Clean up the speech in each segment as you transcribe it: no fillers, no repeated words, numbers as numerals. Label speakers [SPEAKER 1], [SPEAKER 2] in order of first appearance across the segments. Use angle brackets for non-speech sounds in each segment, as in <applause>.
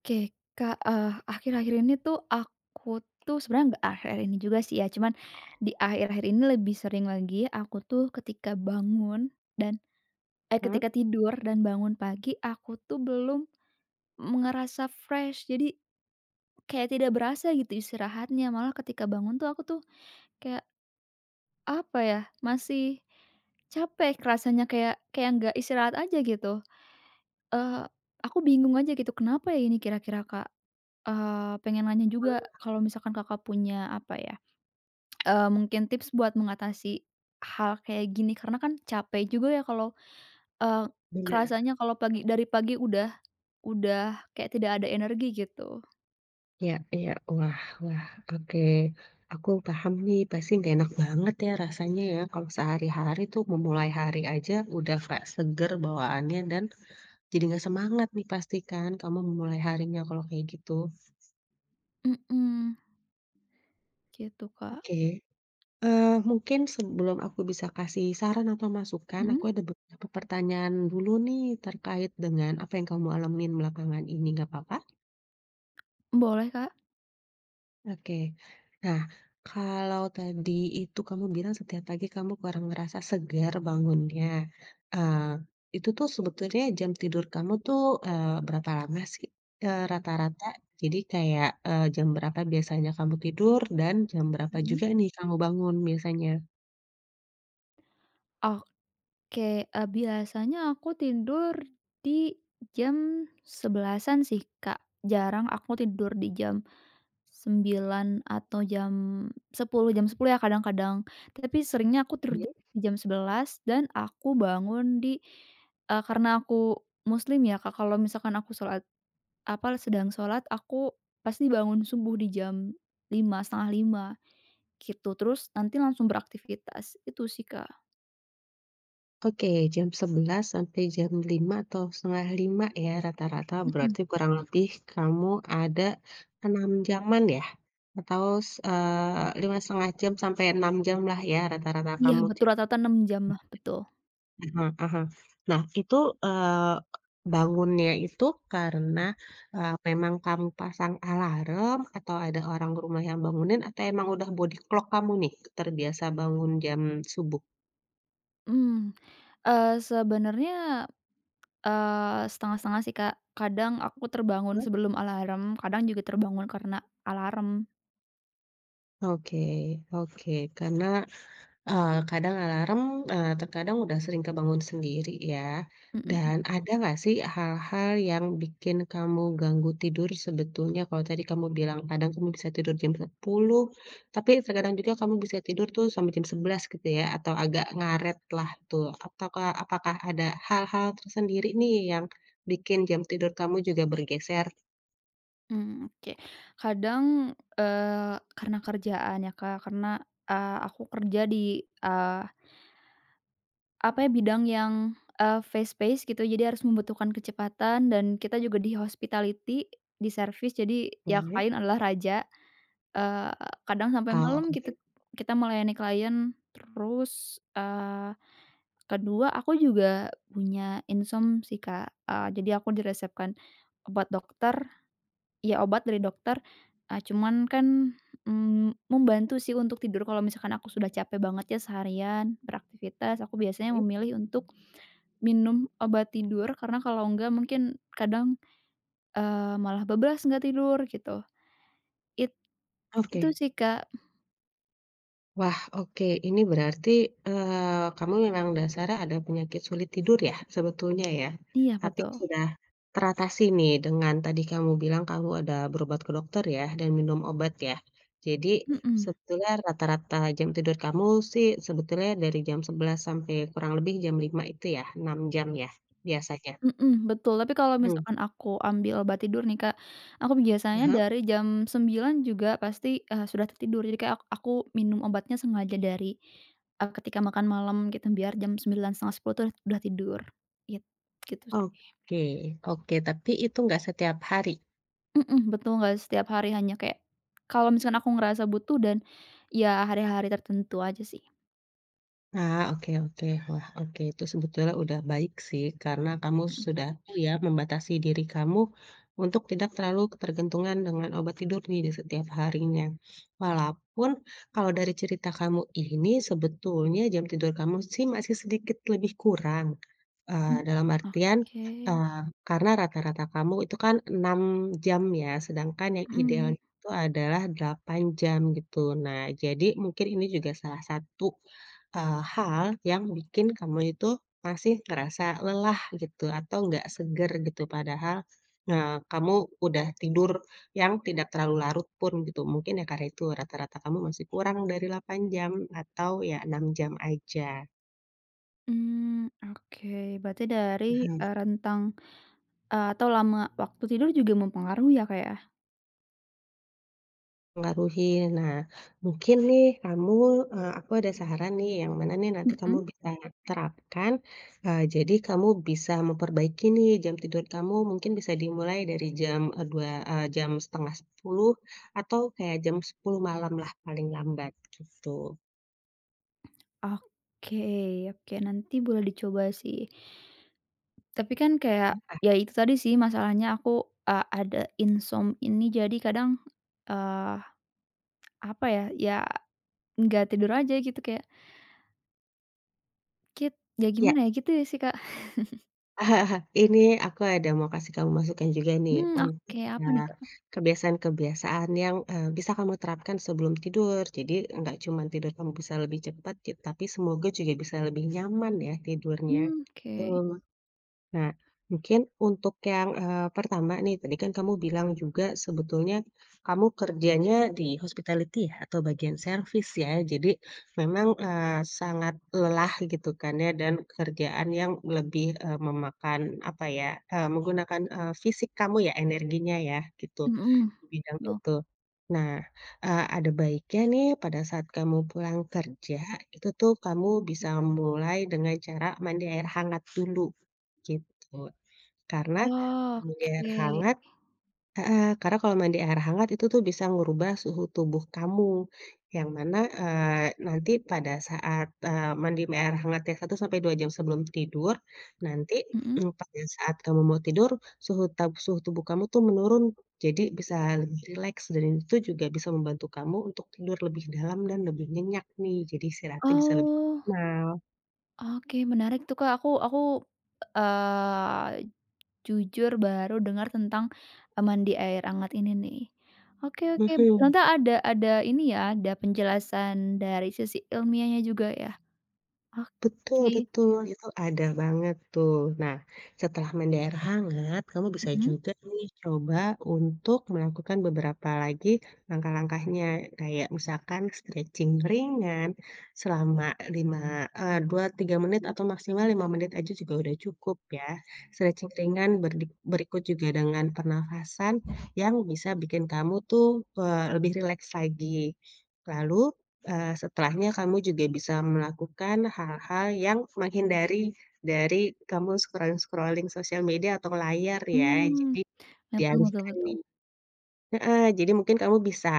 [SPEAKER 1] Oke, Kak, akhir-akhir ini tuh aku tuh sebenarnya nggak akhir-akhir ini juga sih ya, cuman di akhir-akhir ini lebih sering lagi aku tuh ketika bangun dan
[SPEAKER 2] Mhm,
[SPEAKER 1] ketika tidur dan bangun pagi aku tuh belum ngerasa fresh. Jadi kayak tidak berasa gitu istirahatnya, malah ketika bangun tuh aku tuh kayak, apa ya, masih capek rasanya kayak kayak nggak istirahat aja gitu. Eee, aku bingung aja gitu, kenapa ya ini kira-kira, Kak? Pengen nanya juga kalau misalkan Kakak punya apa ya, mungkin tips buat mengatasi hal kayak gini karena kan capek juga ya kalau, eee,
[SPEAKER 2] bener.
[SPEAKER 1] kerasanya kalau pagi dari pagi udah kayak tidak ada energi gitu.
[SPEAKER 2] Ya, iya. Wah, wah, oke. Aku paham nih, pasti nggak enak banget ya rasanya ya, kalau sehari-hari tuh memulai hari aja udah nggak seger bawaannya dan jadi nggak semangat nih pastikan kamu memulai harinya kalau kayak gitu.
[SPEAKER 1] Mhm, gitu Kak.
[SPEAKER 2] Oke, mungkin sebelum aku bisa kasih saran atau masukan, aku
[SPEAKER 1] Mhm,
[SPEAKER 2] ada beberapa pertanyaan dulu nih terkait dengan apa yang kamu alamin belakangan ini, nggak apa.
[SPEAKER 1] boleh Kak.
[SPEAKER 2] Oke. Nah, kalau tadi itu kamu bilang setiap pagi kamu kurang ngerasa segar bangunnya, eee, itu tuh sebetulnya jam tidur kamu tuh, berapa lama sih, rata-rata? Jadi kayak, jam berapa biasanya kamu tidur dan jam berapa
[SPEAKER 1] Mhm.
[SPEAKER 2] juga nih kamu bangun biasanya?
[SPEAKER 1] Oke, biasanya aku tidur di jam sebelasan sih Kak, jarang aku tidur di jam 9 atau jam 10 ya kadang-kadang, tapi seringnya aku tidur di jam 11 dan aku bangun di karena aku muslim ya Kak, kalau misalkan aku sholat apa, sedang sholat, aku pasti bangun subuh di jam lima setengah 5 gitu, terus nanti langsung beraktivitas, itu sih Kak.
[SPEAKER 2] Oke, jam 11 sampai jam 5 atau 04.30 ya rata-rata,
[SPEAKER 1] Mhm,
[SPEAKER 2] berarti kurang lebih kamu ada 6 jaman ya? Atau 5,5 jam sampai 6 jam lah ya rata-rata
[SPEAKER 1] iya
[SPEAKER 2] kamu
[SPEAKER 1] betul
[SPEAKER 2] tip.
[SPEAKER 1] rata-rata 6 jam lah, betul.
[SPEAKER 2] Heeh, heeh. Nah itu, eee, bangunnya itu karena, memang kamu pasang alarm atau ada orang rumah yang bangunin atau emang udah body clock kamu nih terbiasa bangun jam subuh?
[SPEAKER 1] Mmm, sebenarnya setengah-setengah sih, Kak. Kadang aku terbangun sebelum alarm, kadang juga terbangun karena alarm.
[SPEAKER 2] Oke, oke, karena kadang alarm, terkadang udah sering kebangun sendiri ya.
[SPEAKER 1] Mhm
[SPEAKER 2] Dan ada nggak sih hal-hal yang bikin kamu ganggu tidur sebetulnya? Kalau tadi kamu bilang kadang kamu bisa tidur jam 10 tapi terkadang juga kamu bisa tidur tuh sampai jam 11 gitu ya, atau agak ngaret lah tuh. Ataukah apakah ada hal-hal tersendiri nih yang bikin jam tidur kamu juga bergeser?
[SPEAKER 1] mhm, oke. Kadang, karena kerjaan ya, Kak, karena, aku kerja di, apa ya, bidang yang, fast pace gitu, jadi harus membutuhkan kecepatan dan kita juga di hospitality, di servis, jadi ya
[SPEAKER 2] Oke.
[SPEAKER 1] klien adalah raja. Eee, Kadang sampai
[SPEAKER 2] Oh,
[SPEAKER 1] malam
[SPEAKER 2] oke,
[SPEAKER 1] gitu kita melayani klien, terus, kedua aku juga punya insom sih, Kak, jadi aku diresepkan obat dokter ya obat dari dokter, cuman kan, membantu sih untuk tidur kalau misalkan aku sudah capek banget ya seharian beraktivitas, aku biasanya
[SPEAKER 2] oke.
[SPEAKER 1] memilih untuk minum obat tidur karena kalau enggak mungkin kadang, malah bablas nggak tidur gitu. It itu
[SPEAKER 2] Oke.
[SPEAKER 1] sih, Kak.
[SPEAKER 2] Wah, oke. Ini berarti, kamu memang dasarnya ada penyakit sulit tidur ya, sebetulnya ya?
[SPEAKER 1] Iya,
[SPEAKER 2] Tapi
[SPEAKER 1] betul.
[SPEAKER 2] sudah teratasi nih dengan tadi kamu bilang kamu ada berobat ke dokter ya, dan minum obat ya? Jadi,
[SPEAKER 1] Mhm
[SPEAKER 2] sebetulnya rata-rata jam tidur kamu sih sebetulnya dari jam 11 sampai kurang lebih jam 5 itu ya, 6 jam ya, biasanya?
[SPEAKER 1] mhm, betul. Tapi kalau
[SPEAKER 2] Mmm,
[SPEAKER 1] misalkan aku ambil obat tidur nih, Kak, aku
[SPEAKER 2] ah
[SPEAKER 1] biasanya
[SPEAKER 2] hah.
[SPEAKER 1] dari jam 9 juga pasti, sudah tertidur. Jadi kayak aku minum obatnya sengaja dari, ketika makan malam gitu, biar jam sembilan setengah sepuluh tuh udah tidur, git gitu sih.
[SPEAKER 2] Oke, oke, tapi itu nggak setiap hari?
[SPEAKER 1] Mhm, betul, nggak setiap hari, hanya kayak kalau misalkan aku ngerasa butuh dan ya hari-hari tertentu aja sih.
[SPEAKER 2] Ah, oke, oke. Wah, oke, itu sebetulnya udah baik sih, karena kamu
[SPEAKER 1] Mhm,
[SPEAKER 2] sudah tahu ya membatasi diri kamu untuk tidak terlalu ketergantungan dengan obat tidur nih di setiap harinya. Walaupun kalau dari cerita kamu ini sebetulnya jam tidur kamu sih masih sedikit lebih kurang,
[SPEAKER 1] mmm,
[SPEAKER 2] dalam artian,
[SPEAKER 1] oke,
[SPEAKER 2] eee, karena rata-rata kamu itu kan 6 jam ya, sedangkan yang ideal
[SPEAKER 1] mhm.
[SPEAKER 2] itu adalah 8 jam gitu. Nah, jadi mungkin ini juga salah satu hal yang bikin kamu itu masih ngerasa lelah gitu atau nggak seger gitu padahal, kamu udah tidur yang tidak terlalu larut pun gitu mungkin ya karena itu rata-rata kamu masih kurang dari 8 jam atau ya 6 jam aja.
[SPEAKER 1] Mmm, oke, berarti dari, rentang atau lama waktu tidur juga mempengaruhi ya, Kak, ya?
[SPEAKER 2] Pengaruhi. Nah, mungkin nih kamu, aku ada saran nih yang mana nih nanti kamu
[SPEAKER 1] Mhm,
[SPEAKER 2] bisa terapkan, jadi kamu bisa memperbaiki nih jam tidur kamu mungkin bisa dimulai dari jam, 2, jam 10.30 atau kayak jam 10 malam lah paling lambat, gitu.
[SPEAKER 1] oke oke nanti boleh dicoba sih. Tapi kan kayak, ya itu tadi sih masalahnya aku, ada insom ini jadi kadang, eee, apa ya, ya nggak tidur aja gitu kayak kit ya gimana ya gitu ya sih, Kak.
[SPEAKER 2] <laughs> Ini aku ada mau kasih kamu masukan juga nih
[SPEAKER 1] Mmm,
[SPEAKER 2] untuk,
[SPEAKER 1] oke apa nih, Kak?
[SPEAKER 2] kebiasaan-kebiasaan yang, bisa kamu terapkan sebelum tidur. Jadi nggak cuma tidur kamu bisa lebih cepat, tapi semoga juga bisa lebih nyaman ya tidurnya,
[SPEAKER 1] Mmm, oke,
[SPEAKER 2] gitu. Nah, mungkin untuk yang, pertama nih, tadi kan kamu bilang juga sebetulnya kamu kerjanya di hospitality ya, atau bagian servis ya. Jadi memang, sangat lelah gitu kan ya, dan kerjaan yang lebih, memakan apa ya, menggunakan, fisik kamu ya, energinya ya, gitu.
[SPEAKER 1] mhm,
[SPEAKER 2] Di bidang
[SPEAKER 1] loh
[SPEAKER 2] itu. Nah, ada baiknya nih pada saat kamu pulang kerja, itu tuh kamu bisa mulai dengan cara mandi air hangat dulu, gitu. Karena mandi air
[SPEAKER 1] oke,
[SPEAKER 2] hangat. Heeh, karena kalau mandi air hangat itu tuh bisa ngubah suhu tubuh kamu, yang mana, nanti pada saat, mandi air hangat ya 1 sampai 2 jam sebelum tidur, nanti,
[SPEAKER 1] mhm.
[SPEAKER 2] pada saat kamu mau tidur, suhu tubuh kamu tuh menurun, jadi bisa lebih rileks dan itu juga bisa membantu kamu untuk tidur lebih dalam dan lebih nyenyak nih, jadi istirahatnya bisa lebih
[SPEAKER 1] Oh,
[SPEAKER 2] optimal.
[SPEAKER 1] oke menarik tuh, Kak, aku, eee Jujur baru dengar tentang, mandi air hangat ini nih. Oke oke,
[SPEAKER 2] Mhm.
[SPEAKER 1] ternyata ada ini ya, ada penjelasan dari sisi ilmiahnya juga ya.
[SPEAKER 2] Betul,
[SPEAKER 1] Oke,
[SPEAKER 2] betul, itu ada banget tuh. Nah, setelah mendaer hangat, kamu bisa
[SPEAKER 1] mhm,
[SPEAKER 2] juga nih coba untuk melakukan beberapa lagi langkah-langkahnya. Kayak misalkan stretching ringan selama 2, 3 menit atau maksimal 5 menit aja juga udah cukup ya. Stretching ringan berikut juga dengan pernafasan yang bisa bikin kamu tuh, lebih rileks lagi. Lalu setelahnya kamu juga bisa melakukan hal-hal yang menghindari dari kamu scrolling-scrolling sosial media atau layar ya,
[SPEAKER 1] mmm,
[SPEAKER 2] jadi
[SPEAKER 1] betul betul
[SPEAKER 2] dialihkan
[SPEAKER 1] betul.
[SPEAKER 2] nih. Heeh, jadi mungkin kamu bisa,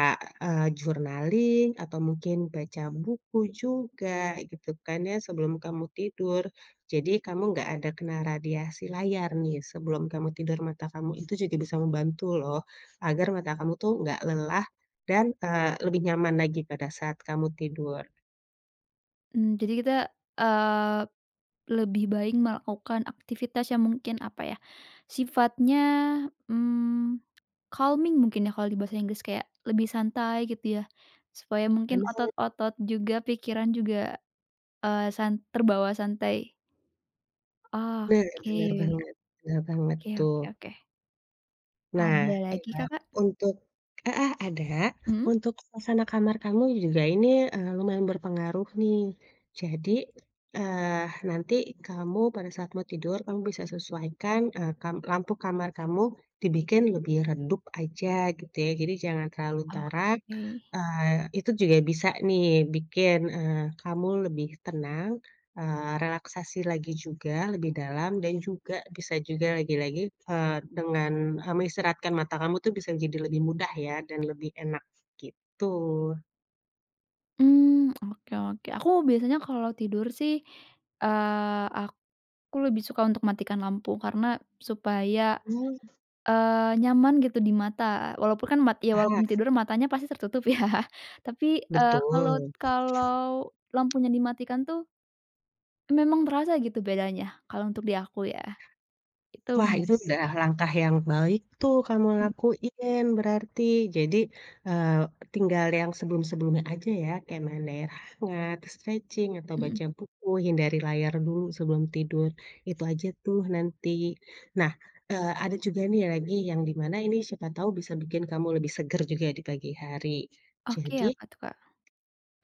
[SPEAKER 2] journaling atau mungkin baca buku juga gitu kan ya sebelum kamu tidur. Jadi kamu nggak ada kena radiasi layar nih sebelum kamu tidur, mata kamu itu juga bisa membantu loh agar mata kamu tuh nggak lelah dan, lebih nyaman lagi pada saat kamu tidur.
[SPEAKER 1] Mmm, jadi kita, eee, lebih baik melakukan aktivitas yang mungkin apa ya, sifatnya, mmm, calming mungkin ya kalau di bahasa Inggris, kayak lebih santai gitu ya. Supaya mungkin
[SPEAKER 2] Bener,
[SPEAKER 1] otot-otot juga, pikiran juga, terbawa santai. Oke.
[SPEAKER 2] bener banget, bener banget
[SPEAKER 1] Oke
[SPEAKER 2] tuh.
[SPEAKER 1] oke oke.
[SPEAKER 2] Nah,
[SPEAKER 1] Ada lagi,
[SPEAKER 2] eee,
[SPEAKER 1] Kakak?
[SPEAKER 2] untuk heeh, ada.
[SPEAKER 1] Mhm?
[SPEAKER 2] Untuk suasana kamar kamu juga ini, lumayan berpengaruh nih. Jadi, nanti kamu pada saat mau tidur, kamu bisa sesuaikan, lampu kamar kamu dibikin lebih redup aja gitu ya, jadi jangan terlalu terang,
[SPEAKER 1] Oke.
[SPEAKER 2] itu juga bisa nih bikin, kamu lebih tenang. Relaksasi lagi juga lebih dalam dan juga bisa juga lagi-lagi, eee, dengan, mengistirahatkan mata kamu tuh bisa jadi lebih mudah ya dan lebih enak gitu.
[SPEAKER 1] Mmm, oke oke. Aku biasanya kalau tidur sih, aku lebih suka untuk matikan lampu karena supaya,
[SPEAKER 2] Mmm.
[SPEAKER 1] nyaman gitu di mata. Walaupun kan ya
[SPEAKER 2] Paham?
[SPEAKER 1] walaupun tidur matanya pasti tertutup <laughs> ya. Tapi, kalau
[SPEAKER 2] Betul.
[SPEAKER 1] kalau lampunya dimatikan tuh memang terasa gitu bedanya, kalau untuk di aku ya. Itu
[SPEAKER 2] Wah, itu
[SPEAKER 1] menarik sih.
[SPEAKER 2] udah langkah yang baik tuh kamu
[SPEAKER 1] Mhm.
[SPEAKER 2] lakuin berarti. Jadi, eee, tinggal yang sebelum-sebelumnya aja ya, kayak main air hangat, stretching, atau
[SPEAKER 1] Mhm.
[SPEAKER 2] baca buku, hindari layar dulu sebelum tidur, itu aja tuh nanti. Nah, ada juga nih lagi yang di mana ini siapa tahu bisa bikin kamu lebih seger juga di pagi hari.
[SPEAKER 1] Oke,
[SPEAKER 2] Jadi
[SPEAKER 1] apa tuh, Kak?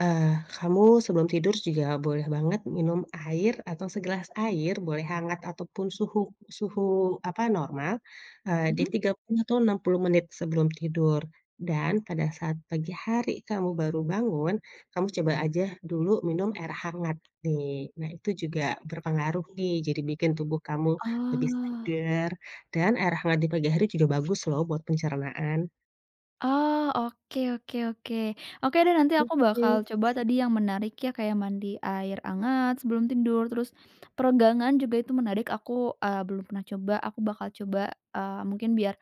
[SPEAKER 2] Eee, kamu sebelum tidur juga boleh banget minum air atau segelas air, boleh hangat ataupun suhu suhu apa, normal, di
[SPEAKER 1] Mhm?
[SPEAKER 2] 30 atau 60 menit sebelum tidur. Dan pada saat pagi hari kamu baru bangun, kamu coba aja dulu minum air hangat nih. Nah, itu juga berpengaruh nih, jadi bikin tubuh kamu lebih
[SPEAKER 1] Oh.
[SPEAKER 2] segar dan air hangat di pagi hari juga bagus loh buat pencernaan.
[SPEAKER 1] Oh, oke. Oke deh nanti aku
[SPEAKER 2] Mhm,
[SPEAKER 1] bakal coba tadi yang menarik ya kayak mandi air hangat sebelum tidur, terus peregangan juga itu menarik aku, belum pernah coba, aku bakal coba, mungkin biar,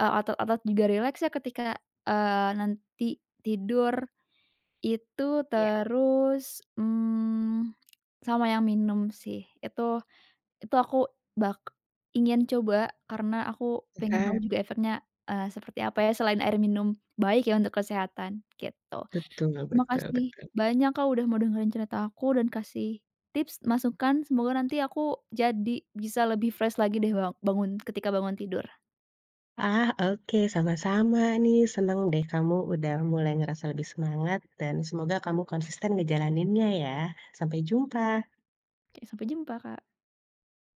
[SPEAKER 1] otot-otot juga rileks ya ketika, nanti tidur itu,
[SPEAKER 2] iya.
[SPEAKER 1] terus, sama yang minum sih, itu aku bak ingin coba karena aku pengen tahu
[SPEAKER 2] Heeh,
[SPEAKER 1] juga efeknya, seperti apa ya selain air minum baik ya untuk kesehatan gitu.
[SPEAKER 2] betul,
[SPEAKER 1] Terima
[SPEAKER 2] betul,
[SPEAKER 1] kasih
[SPEAKER 2] betul.
[SPEAKER 1] banyak Kak udah mau dengerin cerita aku dan kasih tips, masukan, semoga nanti aku jadi bisa lebih fresh lagi deh bangun ketika bangun tidur.
[SPEAKER 2] Ah, oke, sama-sama nih. Seneng deh kamu udah mulai ngerasa lebih semangat dan semoga kamu konsisten ngejalaninnya ya. Sampai jumpa.
[SPEAKER 1] Oke sampai jumpa Kak.